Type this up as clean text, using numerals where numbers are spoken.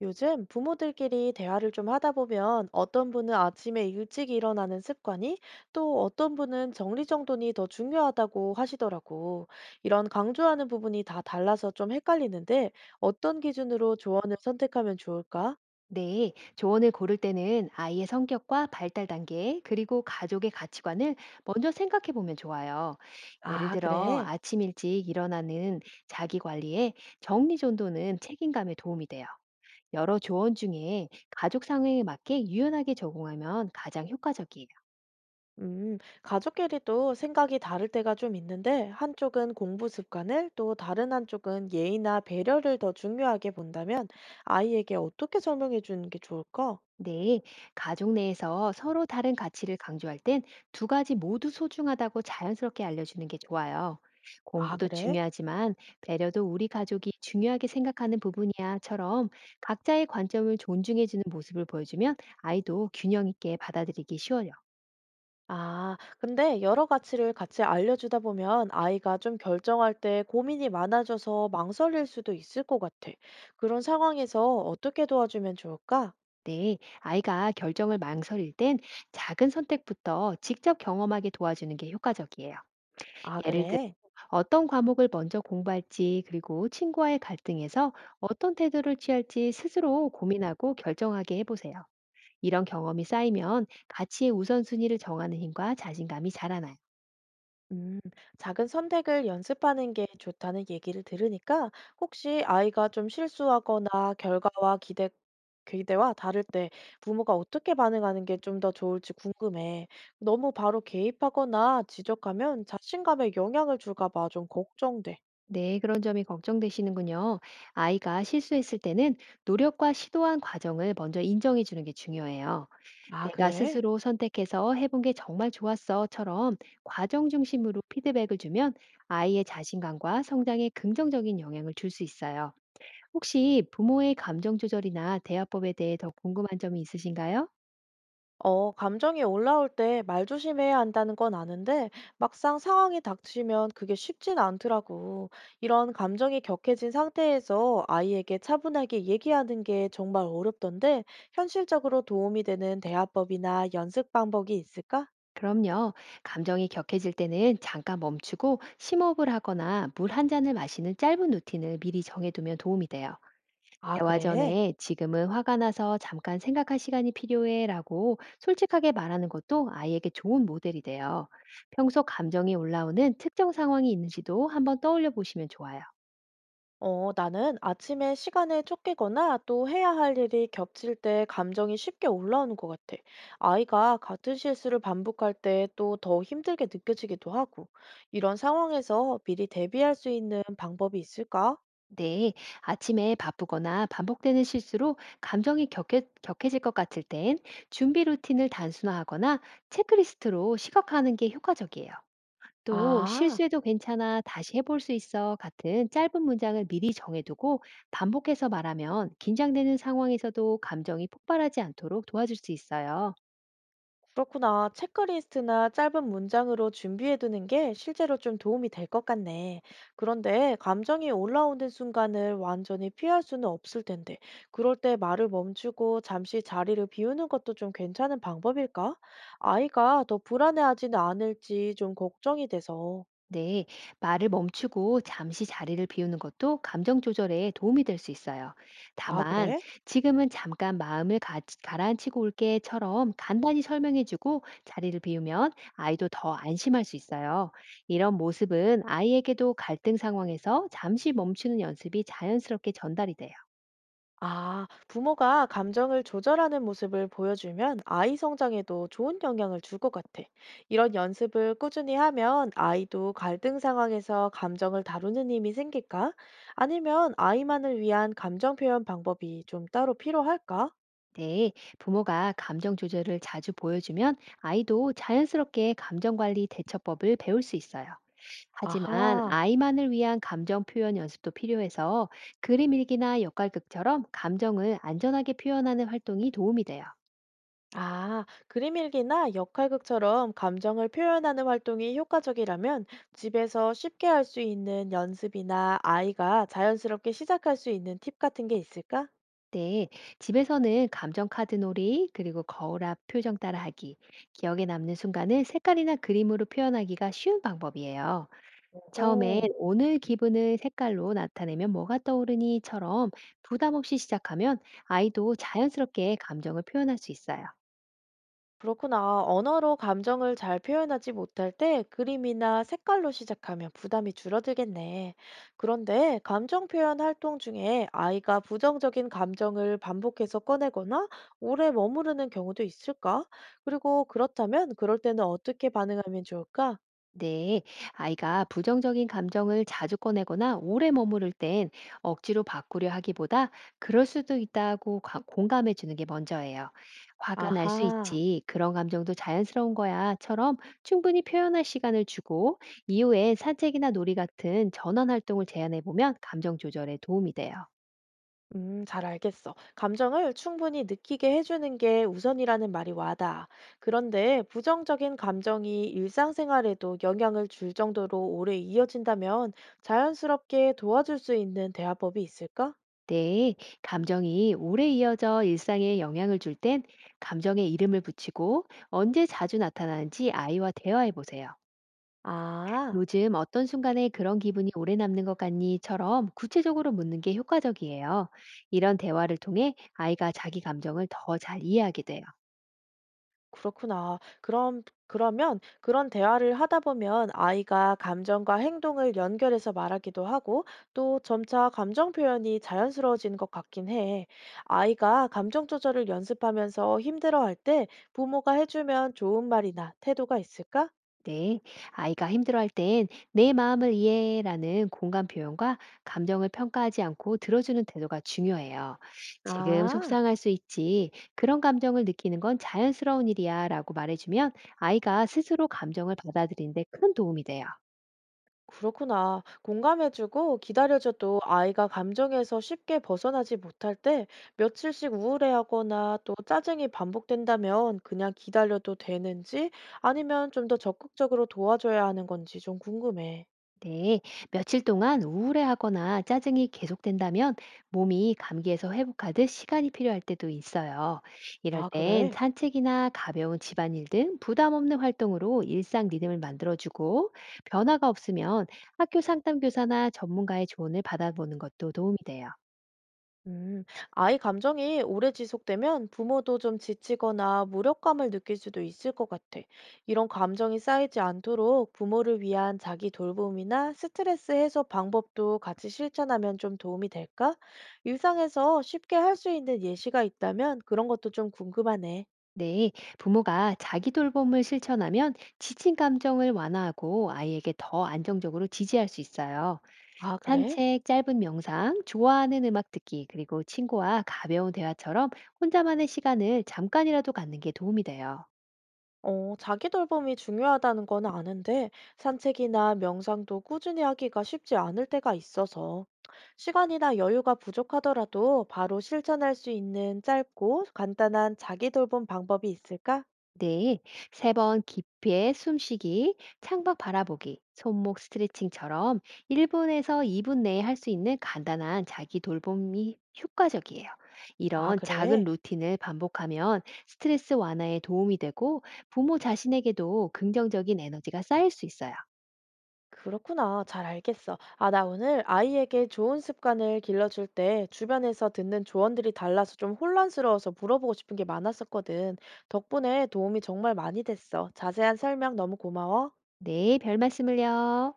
요즘 부모들끼리 대화를 좀 하다 보면 어떤 분은 아침에 일찍 일어나는 습관이 또 어떤 분은 정리정돈이 더 중요하다고 하시더라고. 이런 강조하는 부분이 다 달라서 좀 헷갈리는데 어떤 기준으로 조언을 선택하면 좋을까? 네, 조언을 고를 때는 아이의 성격과 발달 단계, 그리고 가족의 가치관을 먼저 생각해 보면 좋아요. 예를 아, 들어, 그래. 아침 일찍 일어나는 자기 관리에 정리정돈은 책임감에 도움이 돼요. 여러 조언 중에 가족 상황에 맞게 유연하게 적용하면 가장 효과적이에요. 가족끼리도 생각이 다를 때가 좀 있는데 한쪽은 공부 습관을 또 다른 한쪽은 예의나 배려를 더 중요하게 본다면 아이에게 어떻게 설명해 주는 게 좋을까? 네, 가족 내에서 서로 다른 가치를 강조할 땐 두 가지 모두 소중하다고 자연스럽게 알려주는 게 좋아요. 아, 공부도 그래? 중요하지만 배려도 우리 가족이 중요하게 생각하는 부분이야처럼 각자의 관점을 존중해주는 모습을 보여주면 아이도 균형 있게 받아들이기 쉬워요. 아, 근데 여러 가치를 같이 알려주다 보면 아이가 좀 결정할 때 고민이 많아져서 망설일 수도 있을 것 같아. 그런 상황에서 어떻게 도와주면 좋을까? 네, 아이가 결정을 망설일 땐 작은 선택부터 직접 경험하게 도와주는 게 효과적이에요. 아, 예를 그래. 어떤 과목을 먼저 공부할지, 그리고 친구와의 갈등에서 어떤 태도를 취할지 스스로 고민하고 결정하게 해보세요. 이런 경험이 쌓이면 가치의 우선순위를 정하는 힘과 자신감이 자라나요. 음, 작은 선택을 연습하는 게 좋다는 얘기를 들으니까 혹시 아이가 좀 실수하거나 기대와 다를 때 부모가 어떻게 반응하는 게 좀 더 좋을지 궁금해. 너무 바로 개입하거나 지적하면 자신감에 영향을 줄까 봐 좀 걱정돼. 네, 그런 점이 걱정되시는군요. 아이가 실수했을 때는 노력과 시도한 과정을 먼저 인정해 주는 게 중요해요. 아, 내가 그래? 스스로 선택해서 해본 게 정말 좋았어처럼 과정 중심으로 피드백을 주면 아이의 자신감과 성장에 긍정적인 영향을 줄 수 있어요. 혹시 부모의 감정 조절이나 대화법에 대해 더 궁금한 점이 있으신가요? 어, 감정이 올라올 때 말 조심해야 한다는 건 아는데, 막상 상황이 닥치면 그게 쉽진 않더라고. 이런 감정이 격해진 상태에서 아이에게 차분하게 얘기하는 게 정말 어렵던데, 현실적으로 도움이 되는 대화법이나 연습 방법이 있을까? 그럼요. 감정이 격해질 때는 잠깐 멈추고 심호흡을 하거나 물 한 잔을 마시는 짧은 루틴을 미리 정해두면 도움이 돼요. 아, 대화 그래? 전에 지금은 화가 나서 잠깐 생각할 시간이 필요해 라고 솔직하게 말하는 것도 아이에게 좋은 모델이 돼요. 평소 감정이 올라오는 특정 상황이 있는지도 한번 떠올려 보시면 좋아요. 어, 나는 아침에 시간에 쫓기거나 또 해야 할 일이 겹칠 때 감정이 쉽게 올라오는 것 같아. 아이가 같은 실수를 반복할 때 또 더 힘들게 느껴지기도 하고. 이런 상황에서 미리 대비할 수 있는 방법이 있을까? 네, 아침에 바쁘거나 반복되는 실수로 격해질 것 같을 땐 준비 루틴을 단순화하거나 체크리스트로 시각화하는 게 효과적이에요. 또 아. 실수해도 괜찮아, 다시 해볼 수 있어 같은 짧은 문장을 미리 정해두고 반복해서 말하면 긴장되는 상황에서도 감정이 폭발하지 않도록 도와줄 수 있어요. 그렇구나. 체크리스트나 짧은 문장으로 준비해두는 게 실제로 좀 도움이 될 것 같네. 그런데 감정이 올라오는 순간을 완전히 피할 수는 없을 텐데, 그럴 때 말을 멈추고 잠시 자리를 비우는 것도 좀 괜찮은 방법일까? 아이가 더 불안해하지는 않을지 좀 걱정이 돼서. 네, 말을 멈추고 잠시 자리를 비우는 것도 감정 조절에 도움이 될 수 있어요. 아, 다만, 그래? 지금은 잠깐 마음을 가라앉히고 올게처럼 간단히 설명해주고 자리를 비우면 아이도 더 안심할 수 있어요. 이런 모습은 아이에게도 갈등 상황에서 잠시 멈추는 연습이 자연스럽게 전달이 돼요. 아, 부모가 감정을 조절하는 모습을 보여주면 아이 성장에도 좋은 영향을 줄 것 같아. 이런 연습을 꾸준히 하면 아이도 갈등 상황에서 감정을 다루는 힘이 생길까? 아니면 아이만을 위한 감정 표현 방법이 좀 따로 필요할까? 네, 부모가 감정 조절을 자주 보여주면 아이도 자연스럽게 감정 관리 대처법을 배울 수 있어요. 하지만 아하. 아이만을 위한 감정 표현 연습도 필요해서 그림 일기나 역할극처럼 감정을 안전하게 표현하는 활동이 도움이 돼요. 아, 그림 일기나 역할극처럼 감정을 표현하는 활동이 효과적이라면 집에서 쉽게 할 수 있는 연습이나 아이가 자연스럽게 시작할 수 있는 팁 같은 게 있을까? 네, 집에서는 감정 카드 놀이, 그리고 거울 앞 표정 따라하기, 기억에 남는 순간을 색깔이나 그림으로 표현하기가 쉬운 방법이에요. 처음엔 오, 오늘 기분을 색깔로 나타내면 뭐가 떠오르니?처럼 부담 없이 시작하면 아이도 자연스럽게 감정을 표현할 수 있어요. 그렇구나. 언어로 감정을 잘 표현하지 못할 때 그림이나 색깔로 시작하면 부담이 줄어들겠네. 그런데 감정 표현 활동 중에 아이가 부정적인 감정을 반복해서 꺼내거나 오래 머무르는 경우도 있을까? 그리고 그렇다면 그럴 때는 어떻게 반응하면 좋을까? 네, 아이가 부정적인 감정을 자주 꺼내거나 오래 머무를 땐 억지로 바꾸려 하기보다 그럴 수도 있다고 공감해 주는 게 먼저예요. 화가 날 수 아하. 있지, 그런 감정도 자연스러운 거야.처럼 충분히 표현할 시간을 주고 이후에 산책이나 놀이 같은 전환 활동을 제안해 보면 감정 조절에 도움이 돼요. 잘 알겠어. 감정을 충분히 느끼게 해주는 게 우선이라는 말이 와닿아. 그런데 부정적인 감정이 일상생활에도 영향을 줄 정도로 오래 이어진다면 자연스럽게 도와줄 수 있는 대화법이 있을까? 네, 감정이 오래 이어져 일상에 영향을 줄 땐 감정에 이름을 붙이고 언제 자주 나타나는지 아이와 대화해 보세요. 아. 요즘 어떤 순간에 그런 기분이 오래 남는 것 같니?처럼 구체적으로 묻는 게 효과적이에요. 이런 대화를 통해 아이가 자기 감정을 더 잘 이해하게 돼요. 그렇구나. 그러면 그런 대화를 하다 보면 아이가 감정과 행동을 연결해서 말하기도 하고 또 점차 감정 표현이 자연스러워지는 것 같긴 해. 아이가 감정 조절을 연습하면서 힘들어할 때 부모가 해주면 좋은 말이나 태도가 있을까? 네, 아이가 힘들어할 땐 내 마음을 이해라는 공감 표현과 감정을 평가하지 않고 들어주는 태도가 중요해요. 지금 아. 속상할 수 있지. 그런 감정을 느끼는 건 자연스러운 일이야 라고 말해주면 아이가 스스로 감정을 받아들이는데 큰 도움이 돼요. 그렇구나. 공감해주고 기다려줘도 아이가 감정에서 쉽게 벗어나지 못할 때 며칠씩 우울해하거나 또 짜증이 반복된다면 그냥 기다려도 되는지 아니면 좀 더 적극적으로 도와줘야 하는 건지 좀 궁금해. 네, 며칠 동안 우울해하거나 짜증이 계속된다면 몸이 감기에서 회복하듯 시간이 필요할 때도 있어요. 이럴 아, 땐 그래? 산책이나 가벼운 집안일 등 부담 없는 활동으로 일상 리듬을 만들어주고 변화가 없으면 학교 상담교사나 전문가의 조언을 받아보는 것도 도움이 돼요. 음, 아이 감정이 오래 지속되면 부모도 좀 지치거나 무력감을 느낄 수도 있을 것 같아. 이런 감정이 쌓이지 않도록 부모를 위한 자기 돌봄이나 스트레스 해소 방법도 같이 실천하면 좀 도움이 될까? 일상에서 쉽게 할 수 있는 예시가 있다면 그런 것도 좀 궁금하네. 네, 부모가 자기 돌봄을 실천하면 지친 감정을 완화하고 아이에게 더 안정적으로 지지할 수 있어요. 아, 그래? 산책, 짧은 명상, 좋아하는 음악 듣기, 그리고 친구와 가벼운 대화처럼 혼자만의 시간을 잠깐이라도 갖는 게 도움이 돼요. 어, 자기 돌봄이 중요하다는 건 아는데 산책이나 명상도 꾸준히 하기가 쉽지 않을 때가 있어서 시간이나 여유가 부족하더라도 바로 실천할 수 있는 짧고 간단한 자기 돌봄 방법이 있을까? 네, 세 번 깊이의 숨쉬기, 창밖 바라보기, 손목 스트레칭처럼 1분에서 2분 내에 할 수 있는 간단한 자기 돌봄이 효과적이에요. 아, 이런 작은 그래. 루틴을 반복하면 스트레스 완화에 도움이 되고 부모 자신에게도 긍정적인 에너지가 쌓일 수 있어요. 그렇구나. 잘 알겠어. 아, 나 오늘 아이에게 좋은 습관을 길러줄 때 주변에서 듣는 조언들이 달라서 좀 혼란스러워서 물어보고 싶은 게 많았었거든. 덕분에 도움이 정말 많이 됐어. 자세한 설명 너무 고마워. 네, 별 말씀을요.